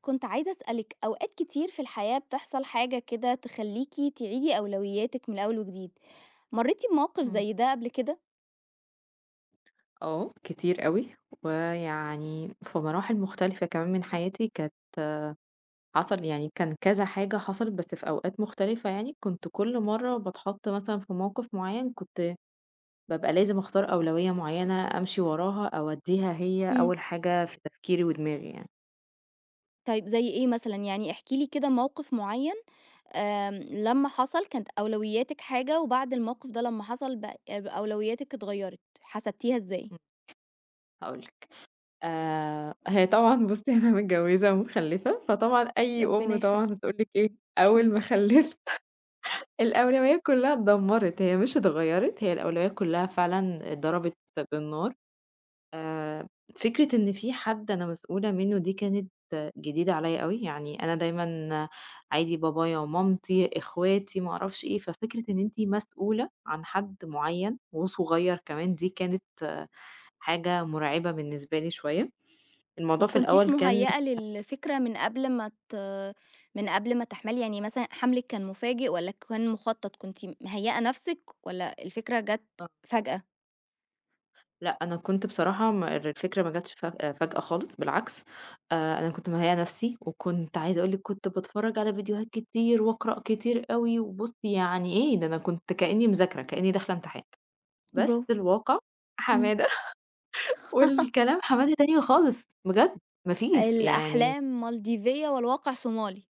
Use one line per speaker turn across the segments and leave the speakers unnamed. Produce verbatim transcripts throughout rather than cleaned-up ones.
كنت عايزة أسألِك، أوقات كتير في الحياة بتحصل حاجة كده تخلّيكِ تعيدي أولوياتِك من أول وجديد، مرّيتِ بموقف
إمم.
زي ده قبل كده؟
آه، كتير أوي، ويعني في مراحل مختلفة كمان من حياتي كانت حصل يعني كان كذا حاجة حصلت بس في أوقات مختلفة يعني، كنت كل مرّة باتحط مثلًا في موقف معيّن كنت بابقى لازم أختار أولوية معيّنة أمشي وراها أو أدّيها هي
إمم.
أول حاجة في تفكيري ودماغي يعني.
طيب زي إيه مثلًا؟ يعني احكي لي كده موقف معيّن. آمم، لمّا حصل كانت أولوياتِك حاجة وبعد الموقف ده لمّا حصل بق أولوياتِك اتغيّرت، حسبتيها إزاي؟
إمم، هاقول لِك. آآ هي طبعًا بُصّي أنا متجوّزة ومخلّفة، فطبعًا أي
ربنا
أم طبعًا
يخليك.
هتقول لِك إيه. أول
إمم.
ما خلّفت الأولويات كلّها اتدمّرت، هي مش اتغيّرت، هي الأولويات كلّها فعلًا اتضربت بالنار. آآ فكرة إن في حد أنا مسؤولة منّه دي كانت جديدة عليّا أوي، يعني أنا دايمًا عادي بابايا ومامتي، إخواتي، ما أعرفش إيه، ففكرة إن أنتِ مسؤولة عن حد معيّن وصغيّر كمان دي كانت آه، حاجة مرعبة بالنسبة لي شوية.
ما
الموضوع في
كنتيش
الأول كان
مهيّئة
مخ
للفكرة من قبل ما ت من قبل ما تحملي، يعني مثلًا حملِك كان مفاجئ والّا كان مخطط، كنتِ مهيّئة نفسِك والّا الفكرة جات فجأة؟
لأ، أنا كنت بصراحة م الفكرة ما جاتش ف فجأة خالص بالعكس. آآ أنا كنت مهيّئة نَفْسي، وكنت عايزة أقول لِك كنت باتفرّج على فيديوهات كتير وأقرأ كتير أوي، وبُصّي يعني إيه، ده أنا كنت كإنّي مذاكرة، كإنّي داخلة امتحان، بس
برافو.
الواقع
إمم.
حمادة والكلام حمادة تاني خالص بجد، ما فيش يعني
الأحلام مالديفية والواقع صومالي.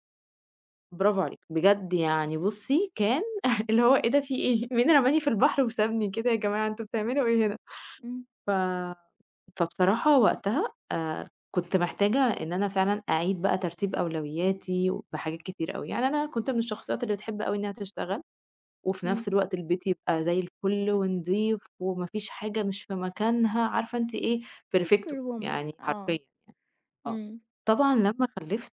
برافو عليكِ، بجد يعني بُصّي كان اللي هو إيه ده في إيه، مين رماني في البحر وسابني كده يا جماعة أنتم بتعملوا إيه هنا؟
إمم،
ف فبصراحة وقتها آآ كنت محتاجة إن أنا فعلًا أعيد بقى ترتيب أولوياتي بحاجات كتير أوي، يعني أنا كنت من الشخصيات اللي بتحب أوي إنها تشتغل، وفي
إمم.
نفس الوقت البيت يبقى زي الفل ونضيف وما فيش حاجة مش في مكانها، عارفة أنتِ إيه perfecto
Superwoman.
يعني
آه.
حرفيًا. آه.
إمم.
طبعًا لمّا خلِّفت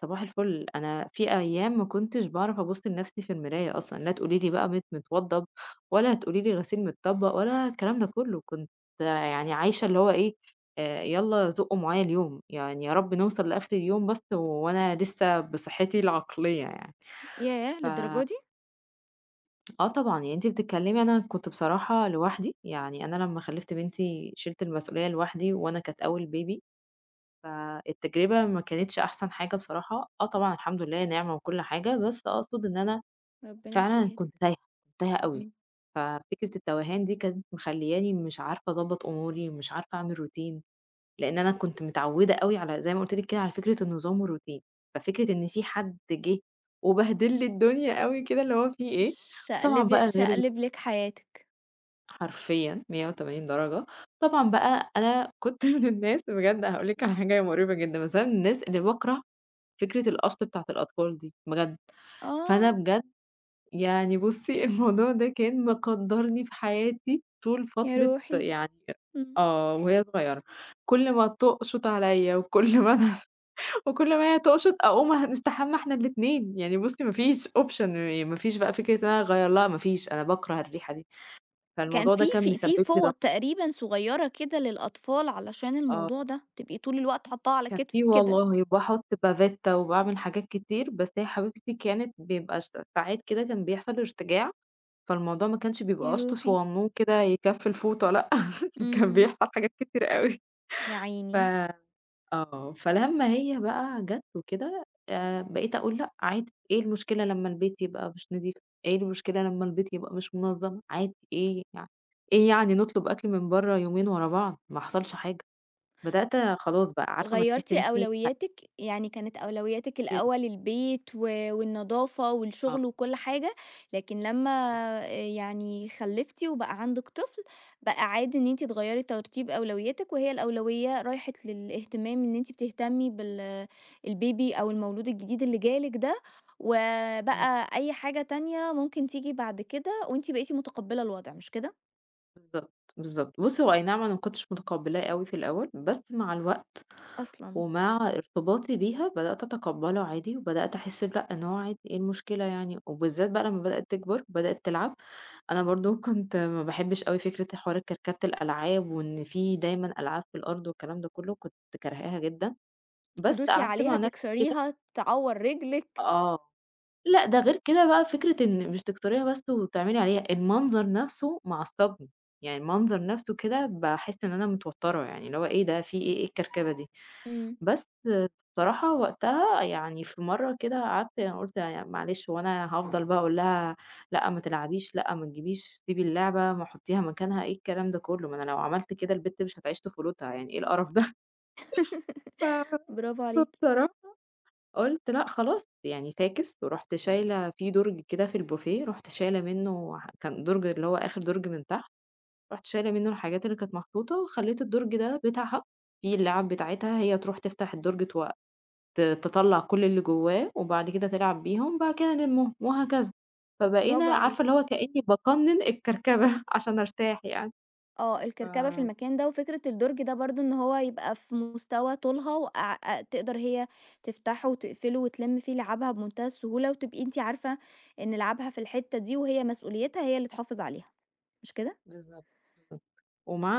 صباح الفل انا في ايام ما كنتش بعرف ابص لنفسي في المرايه اصلا، لا تقولي لي بقى مت متوضب ولا تقولي لي غسيل متطبق ولا الكلام ده كله، كنت يعني عايشه اللي هو ايه آه، يلا زقوا معايا اليوم يعني، يا رب نوصل لاخر اليوم بس وانا لسه بصحتي العقليه يعني.
ياه!
ف
للدرجة دي!
اه طبعا يعني انت بتتكلمي، انا كنت بصراحه لوحدي يعني، انا لما خلفت بنتي شلت المسؤوليه لوحدي، وانا كانت اول بيبي. فالتجربة ما كانتش أحسن حاجة بصراحة، آه طبعًا الحمد لله نعمة وكل حاجة، بس أقصد إن أنا
ربنا
فعلًا
يخليها
كنت
لِك.
تايهة، كنت تايهة أوي.
إمم.
ففكرة التوهان دي كانت مخلّياني مش عارفة أضبّط أموري، مش عارفة أعمل روتين، لإن أنا كنت متعودة أوي على زي ما قُلت لِك كده على فكرة النظام والروتين. ففكرة إن في حد جه وبهدل لي الدنيا أوي كده اللي هو في إيه، طبعًا
شقلب
بقى غير ال
شقلب لِك حياتِك.
حرفيًا 180 درجة. طبعًا بقى أنا كنت من الناس بجد هاقول لِك على حاجة هي مريبة جدًا، بس أنا من الناس اللي باكره فكرة القشط بتاعة الأطفال دي بجد. فأنا
آه،
بجد يعني بُصّي الموضوع ده كان مكدّرني في حياتي طول
يا
فترة
روحي.
يعني
إمم.
آه، وهي صغيرة، كل ما تقشط عليَّ وكل ما أنا وكل ما هي تقشط أقوم هنستحمى إحنا الاتنين، يعني بُصّي ما فيش option، ما فيش بقى فكرة إن أنا أغيّر لها ما فيش، أنا باكره الريحة دي.
كان
فالموضوع ده
في
كان
في في
مسبب لي
فوط
ضغط.
تقريبًا صغيّرة كده للأطفال علشان الموضوع
آه،
ده، تبقي طول الوقت حاطّاها على
كان في
كتفِك كده.
والله وباحط بافيتا وباعمل حاجات كتير، بس هي حبيبتي كانت بيبقى ش ساعات كده كان بيحصل ارتجاع، فالموضوع ما كانش بيبقى
يا
قشطه
روحي!
صغنون كده يكفّي الفوطة لأ، كان
إمم،
بيحصل حاجات كتير أوي.
يا
ف
عيني.
آه، فلمّا هي بقى جات وكده آآ، بقيت أقول لأ عادي، إيه المشكلة لمّا البيت يبقى مش نضيف، إيه المشكلة لمّا البيت يبقى مش منظم، عادي إيه يعني، إيه يعني نطلب أكل من برّه يومين ورا بعض، ما حصلش حاجة. بدأت خلاص بقى عارفة أمّا تحسي
غيّرتِ
إن أنتِ
أولوياتِك، يعني كانت أولوياتِك
هتأكدي
الأول البيت و والنضافة والشغل
آه،
وكل حاجة، لكن لمّا آآ يعني خلّفتِ وبقى عندِك طفل، بقى عادي إن أنتِ تغيّري ترتيب أولوياتِك، وهي الأولوية راحت للاهتمام إن أنتِ بتهتمي بال البيبي أو المولود الجديد اللي جالِك ده، وبقى أي حاجة تانية ممكن تيجي بعد كده، وأنتِ بقيتِ متقبّلة الوضع مش كده؟
بالضبط، بالضبط. بُصّي هو أي نعم أنا ما كنتش متقبلاه أوي في الأول، بس مع الوقت
أصلًا،
ومع ارتباطي بيها بدأت أتقبّله عادي، وبدأت أحس ب لأ، إن هو عادي إيه المشكلة يعني، وبالذات بقى لمّا بدأت تكبر وبدأت تلعب. أنا برضه كنت ما باحبش أوي فكرة حوار كركبة الألعاب، وإن في دايمًا ألعاب في الأرض والكلام ده كلّه، كنت كارهاها جدًا. بس
تدوسي
قعدت مع
عليها،
إمم. نفسي كده
تكسريها، تعوّر رجلِك.
آه، لأ ده غير كده بقى فكرة إن مش تكسريها بس وتعملي عليها، المنظر نفسه معصّبني، يعني المنظر نفسه كده باحس إن أنا متوتّرة يعني اللي هو إيه ده، في إيه، إيه الكركبة دي؟
إمم.
بس بصراحة وقتها يعني في مرة كده قعدت أنا قُلت يعني معلش هو أنا هافضل بقى أقول لها لأ ما تلعبيش، لأ ما تجيبيش، سيبي اللعبة، ما حُطّيها مكانها، إيه الكلام ده كلّه، ما أنا لو عملت كده البت مش هتعيش طفولتها، يعني إيه القرف ده، ف
برافو عليكِ،
فبصراحة قُلت لأ خلاص يعني فاكس، ورُحت شايلة في دُرج كده في البوفيه، رُحت شايلة منه ح كان دُرج اللي هو آخر دُرج من تحت، رُحت شايلة منه الحاجات اللي كانت محطوطة، وخلّيت الدُرج ده بتاعها، فيه اللعب بتاعتها، هي تروح تفتح الدُرج تو ت تطلّع كل اللي جوّاه، وبعد كده تلعب بيهم، وبعد كده نلمّهم، وهكذا. فبقينا
برافو
عارفة اللي
عليكِ.
هو كإني باقنّن الكركبة عشان أرتاح يعني.
آه،
ف
الكركبة في المكان ده، وفكرة الدرج ده برضه إن هو يبقى في مستوى طولها وأع أ تقدر هي تفتحه وتقفله وتلِم فيه لعابها بمنتهى السهولة، وتبقي أنتِ عارفة إن لعابها في الحتة دي، وهي مسؤوليتها هي اللي تحافظ عليها، مش كده؟
بالضبط، بالضبط.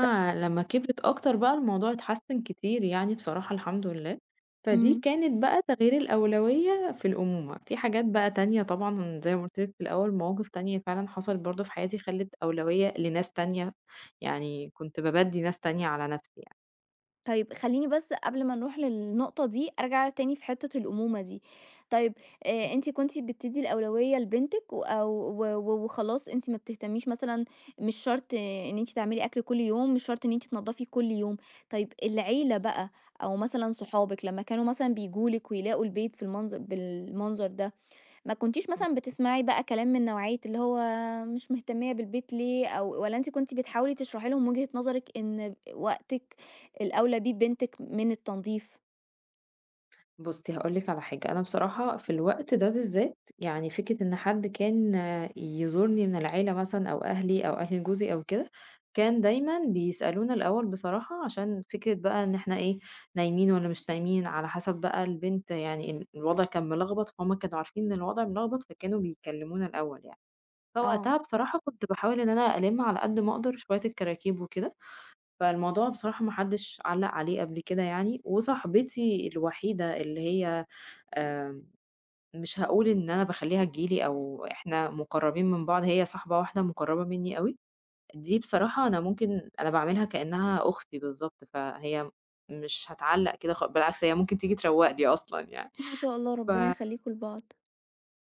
ت
لمّا كبرِت أكتر بقى الموضوع اتحسّن كتير يعني بصراحة الحمد لله. فدي
إمم.
كانت بقى تغيير الأولوية في الأمومة. في حاجات بقى تانية طبعًا زي ما قُلت لِك في الأول، مواقف تانية فعلًا حصلت برضه في حياتي خلِّت أولوية لناس تانية، يعني كنت بابَدّي ناس تانية على نَفْسي يعني.
طيب خلّيني بس قبل ما نروح للنقطة دي، أرجع تاني في حتّة الأمومة دي. طيب آآ أنتِ كنتِ بتدّي الأولوية لبنتِك و أو و و وخلاص أنتِ ما بتهتميش مثلًا مش شرط آه، إن أنتِ تعملي أكل كل يوم، مش شرط إن أنتِ تنضّفي كل يوم. طيب العيلة بقى أو مثلًا صحابِك لمّا كانوا مثلًا بييجوا لِك ويلاقوا البيت في المنظ بالمنظر ده، ما كنتيش
إمم.
مثلًا بتسمعي بقى كلام من نوعية اللي هو مش مهتمية بالبيت ليه، أو والّا أنتِ كنتِ بتحاولي تشرحي لهم وجهة نظرِك إن وقتِك الأولى بيه بنتِك من التنضيف؟
بُصّي، هاقول لِك على حاجة، أنا بصراحة في الوقت ده بالذات، يعني فكرة إن حد كان آه، يزورني من العيلة مثلًا أو أهلي أو أهل جوزي أو كده، كان دايمًا بيسألونا الأول بصراحة عشان فكرة بقى إن إحنا إيه، نايمين والّا مش نايمين، على حسب بقى البنت يعني ال الوضع كان ملخبط، فهُم كانوا عارفين إن الوضع ملخبط، فكانوا بيكلمونا الأول يعني.
آه،
فوقتها بصراحة كنت باحاول إن أنا ألِم على قد ما أقدر شوية الكراكيب وكده، فالموضوع بصراحة ما حدش علّق عليه قبل كده يعني، وصاحبتي الوحيدة اللي هي آآ مش هاقول إن أنا باخلّيها تيجي لي أو إحنا مُقرّبين من بعض، هي صاحبة واحدة مُقرّبة منّي أوي، دي بصراحة أنا ممكن أنا باعاملها كإنّها أختي بالضبط، فهي مش هتعلّق كده خ بالعكس هي ممكن تيجي تروّق لي أصلًا يعني.
ما شاء الله
ف
ربنا يخليكم لبعض.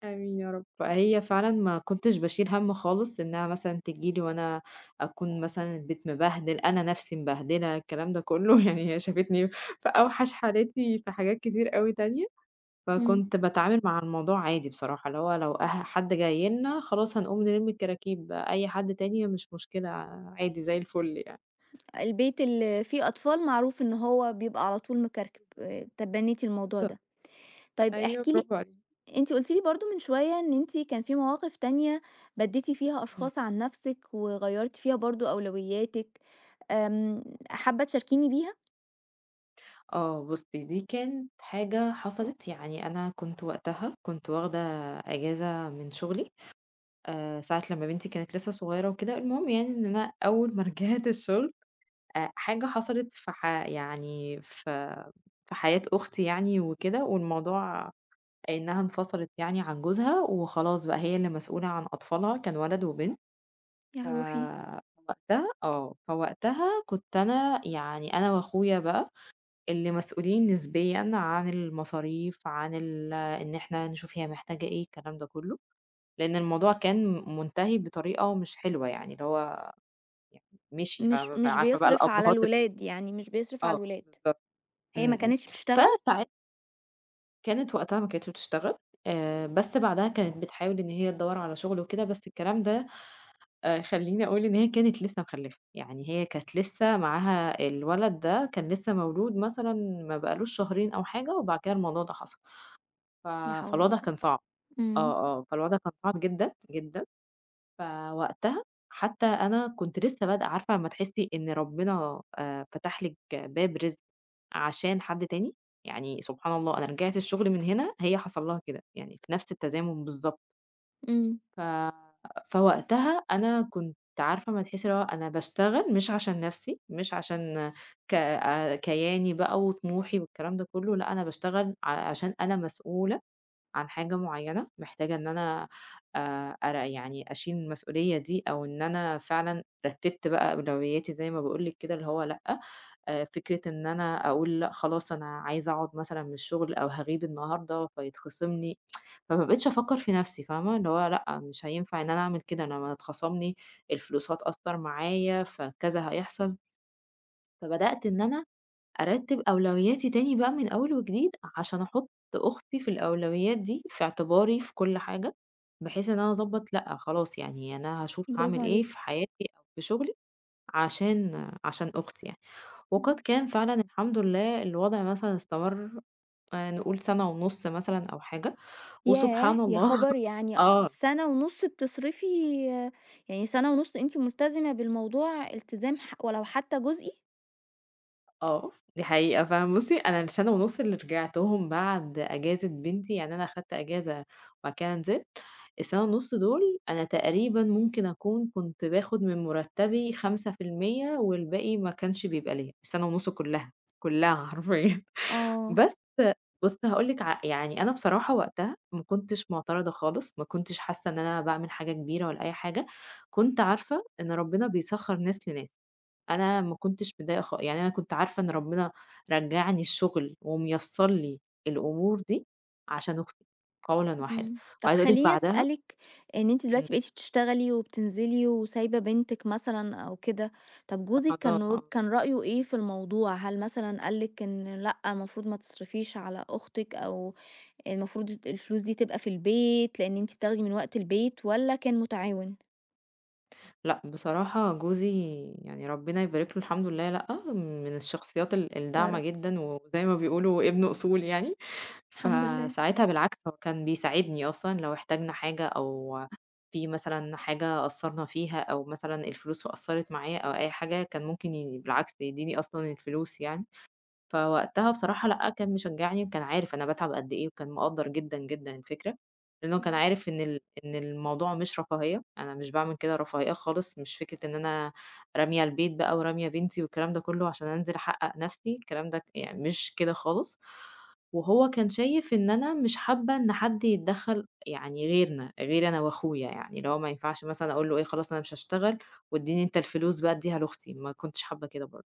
آمين يا رب. فهي فعلًا ما كنتش باشيل هَم خالص إنّها مثلًا تيجي لي وأنا أكون مثلًا البيت مبهدل، أنا نَفْسي مبهدلة الكلام ده كُلّه، يعني هي شافتني في أوحش حالاتي في حاجات كتير أوي تانية.
إمم،
فكنت باتعامل مع الموضوع عادي بصراحة، اللي هو لو أه حد جاي لنا خلاص هنقوم نلم الكراكيب، أي حد تاني مش مشكلة عادي زي الفل يعني.
البيت اللي فيه أطفال معروف إن هو بيبقى على طول مكركب،
بالضبط.
آه، تبنيتِ الموضوع
بالضبط،
ده. طيب
أيوه
احكي لي،
برافو عليكِ.
أنتِ قلتِ لي برضه من شوية إن أنتِ كان في مواقف تانية بديتِ فيها
إمم.
أشخاص عن نفسِك، وغيّرتِ فيها برضه أولوياتِك، آمم، حابة تشاركيني بيها؟
آه بُصّي، دي كانت حاجة حصلت يعني أنا كنت وقتها كنت واخدة إجازة من شغلي. آآ ساعة لمّا بنتي كانت لسه صغيرة وكده، المهم يعني إن أنا أول ما رجعت الشغل أ حاجة حصلت في ح يعني في في حياة أختي يعني وكده، والموضوع إنها انفصلت يعني عن جوزها وخلاص بقى هي اللي مسؤولة عن أطفالها، كان ولد وبنت. ف
يا روحي!
فوقتها آه، فوقتها كنت أنا يعني أنا وأخويا بقى اللي مسؤولين نسبيًا عن المصاريف، عن ال إن إحنا نشوف هي محتاجة إيه، الكلام ده كله، لأن الموضوع كان منتهي بطريقة مش حلوة يعني اللي هو يعني مشي،
مش
فاهمة؟
مش
فعارفة بقى
بيصرف على
الأبهات ال
الولاد، يعني مش بيصرف على
آه،
الولاد.
بالضبط.
هي ما
إمم، إمم.
كانتش بتشتغل.
فساعتها كانت وقتها ما كانتش بتشتغل، آآ بس بعدها كانت بتحاول إن هي تدوّر على شغل وكده، بس الكلام ده آآ خلّيني أقول إن هي كانت لسه مخلّفة، يعني هي كانت لسه معاها الولد ده كان لسه مولود مثلًا ما بقالوش شهرين أو حاجة، وبعد كده الموضوع ده حصل. ف
لا حول ولا
فالوضع
قوة.
كان صعب.
إمم.
آه، آه، فالوضع كان صعب جدًا، جدًا. فوقتها حتى أنا كنت لسه بادئة عارفة لمّا تحسّي إن ربنا آآ فتح لِك باب رزق عشان حد تاني، يعني سبحان الله أنا رجعت الشغل من هنا هي حصل لها كده، يعني في نفس التزامن بالضبط.
إمم.
ف فوقتها أنا كنت عارفة أمّا تحسّي اللي هو أنا باشتغل مش عشان نفسي، مش عشان ك آآ كياني بقى وطموحي والكلام ده كلّه، لأ أنا باشتغل ع عشان أنا مسؤولة عن حاجة معينة محتاجة إن أنا آآ أر يعني أشيل المسؤولية دي أو إن أنا فعلًا رتّبت بقى أولوياتي زي ما باقول لِك كده اللي هو لأ، آآ فكرة إن أنا أقول لأ خلاص أنا عايزة أقعد مثلًا من الشغل أو هاغيب النهارده فيتخصم لي، فما بقيتش أفكّر في نَفْسي فاهمة، اللي هو لأ مش هينفع إن أنا أعمل كده أنا ما هتخصم لي، الفلوس هتأثّر معايا، فكذا هيحصل. فبدأت إن أنا أرتّب أولوياتي تاني بقى من أول وجديد، عشان أحُط أختي في الأولويات دي في اعتباري في كل حاجة، بحيث إن أنا أضبّط لأ خلاص يعني أنا هاشوف
برافو
هاعمل إيه
عليكِ.
في حياتي أو في شغلي عشان عشان أختي يعني. وقد
إمم.
كان فعلًا الحمد لله الوضع مثلًا استمر آآ نقول سَنة ونُص مثلًا أو حاجة،
ياه!
وسبحان
يا
الله
خبر! يعني
آه
سَنة ونُص بتصرفي؟ يعني سَنة ونُص أنتِ ملتزمة بالموضوع التزام ح ولو حتى جزئي؟
آه، دي حقيقة فعلًا. بُصّي، أنا السَنة ونُص اللي رجعتهم بعد أجازة بنتي، يعني أنا أخدت أجازة وبعد كده نزلت، السَنة ونُص دول أنا تقريبًا ممكن أكون كنت باخد من مُرتّبي خمسة في المية والباقي ما كانش بيبقى ليّا، السَنة ونُص كُلّها، كُلّها حرفيًا.
آه.
بس بُص هاقول لِك ع يعني أنا بصراحة وقتها ما كنتش مُعترضة خالص، ما كنتش حاسة إن أنا باعمل حاجة كبيرة ولا أي حاجة، كنت عارفة إن ربنا بيسخّر ناس لناس. أنا ما كنتش متضايقة خا يعني أنا كنت عارفة إن ربنا رجّعني الشغل وميسّر لي الأمور دي عشان أختي، قولًا واحدًا.
إمم. طب
وعايزة أقول لِك
خلّيني
بعدها
أسألِك، إن أنتِ دلوقتي
إمم،
بقيتِ بتشتغلي وبتنزلي وسايبة بنتِك مثلًا أو كده، طب
في
جوزِك كان
حضانة
و
آه.
كان رأيه إيه في الموضوع؟ هل مثلًا قال لِك إن لأ المفروض ما تصرفيش على أختِك، أو المفروض الت الفلوس دي تبقى في البيت لإن أنتِ بتاخدي من وقت البيت، والّا كان متعاون؟
لأ، بصراحة جوزي يعني ربنا يبارك له الحمد لله لأ، من الشخصيات ال
يا
الداعمة
رب.
جدًا وزي ما بيقولوا ابن أصول يعني.
الحمد لله.
فساعتها بالعكس هو كان بيساعدني أصلًا لو احتاجنا حاجة أو في مثلًا حاجة قصّرنا فيها أو مثلًا الفلوس قصّرت معايا أو أي حاجة، كان ممكن ي بالعكس يدّيني أصلًا الفلوس يعني. فوقتها بصراحة لأ، كان مشجّعني وكان عارف أنا باتعب قد إيه وكان مقدّر جدًا، جدًا الفكرة، لإنه كان
إمم،
عارف إن ال إن الموضوع مش رفاهية، أنا مش باعمل كده رفاهية خالص، مش فكرة إن أنا رامية البيت بقى ورامية بنتي والكلام ده كلّه عشان أنزل أحقّق نَفْسي، الكلام ده ك يعني مش كده خالص. وهو كان شايف إن أنا مش حابة إن حد يتدخّل يعني غيرنا، غيري أنا وأخويا يعني، اللي هو ما ينفعش مثلًا أقول له إيه خلاص أنا مش هاشتغل وادّيني أنت الفلوس بقى ادّيها لأختي، ما كنتش حابة كده برضه.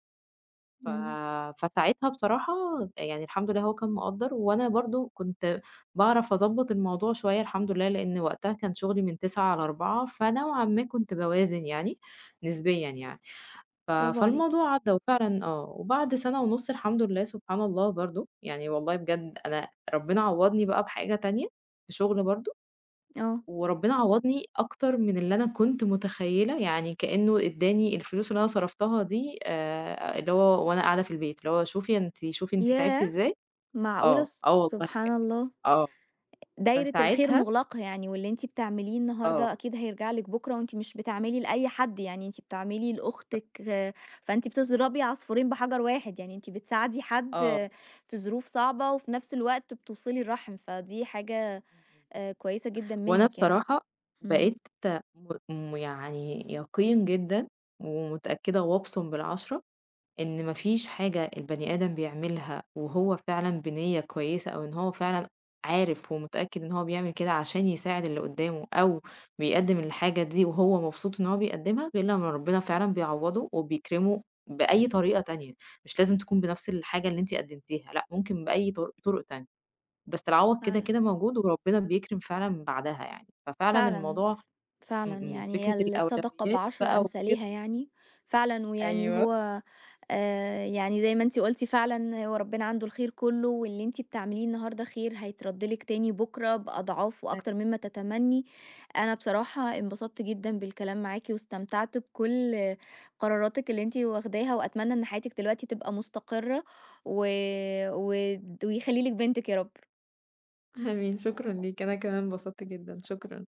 ف
إمم،
فساعتها بصراحة يعني الحمد لله هو كان مقدّر، وأنا برضه كنت باعرف أضبّط الموضوع شوية الحمد لله، لإن وقتها كان شغلي من تسعة ل16:00 فنوعًا ما كنت باوازن يعني نسبيًا يعني. ف
برافو عليكِ.
فالموضوع عدّى وفعلًا آه، وبعد سَنة ونُص الحمد لله سبحان الله برضه، يعني والله بجد أنا ربنا عوّضني بقى بحاجة تانية، في شغل برضه،
آه.
وربنا عوّضني أكتر من اللي أنا كنت متخيّلة، يعني كإنه ادّاني الفلوس اللي أنا صرفتها دي آآ، اللي هو وأنا قاعدة في البيت، اللي هو شوفي أنتِ شوفي أنتِ تعبتِ
ياه!
إزاي،
معقولة!
آه،
س
آه والله،
سبحان الله.
آه،
دايرة الخير
فساعتها
مُغلقة يعني، واللي أنتِ بتعمليه النهارده
آه،
أكيد هيرجع لِك بُكرة، وأنتِ مش بتعملي لأي حد، يعني أنتِ بتعملي لأختِك،
بالضبط،
فأنتِ بتضربي عصفورين بحجر واحد، يعني أنتِ بتساعدي حد
آه،
آه، في ظروف صعبة، وفي نفس الوقت بتوصِلي الرحم، فدي حاجة
إمم، إمم.
آآ كويسة جدًا
وأنا
منِّك يعني.
بصراحة
إمم،
بقيت م م يعني يقين جدًا ومتأكدة وأبصم بالعشرة إن ما فيش حاجة البني آدم بيعملها وهو فعلًا بنية كويسة أو إن هو فعلًا عارف ومتأكد إن هو بيعمل كده عشان يساعد اللي قدّامه أو بيقدّم الحاجة دي وهو مبسوط إن هو بيقدّمها، غير لمّا ربنا فعلًا بيعوّضه وبيكرمه بأي طريقة تانية، مش لازم تكون بنفس الحاجة اللي أنتِ قدّمتيها لأ، ممكن بأي طر طُرق تانية. بس العوض كده،
فعلًا.
كده موجود وربنا بيكرم فعلًا بعدها يعني، ففعلًا
فعلًا،
الموضوع
ف فعلًا،
إمم، إمم،
يعني
فكرة
هي الصدقة
الأولويات
بعشر
بقى
أمثالها
وكده
يعني، فعلًا. ويعني
أيوه، أيوه.
هو آآ، يعني زي ما أنتِ قُلتِ فعلًا، هو ربنا عنده الخير كُلّه، واللي أنتِ بتعمليه النهارده خير هيترد لِك تاني بُكرة بأضعاف وأكتر مما تتمني. أنا بصراحة انبسطت جدًا بالكلام معاكِ، واستمتعت بكل قراراتِك اللي أنتِ واخداها، وأتمنى إن حياتِك دلوقتي تبقى مستقرة و ود ويخلّي لِك بنتِك يا رب.
أيوه، آمين، شكرًا ليكِ، أنا كمان انبسطت جدًا، شكرًا.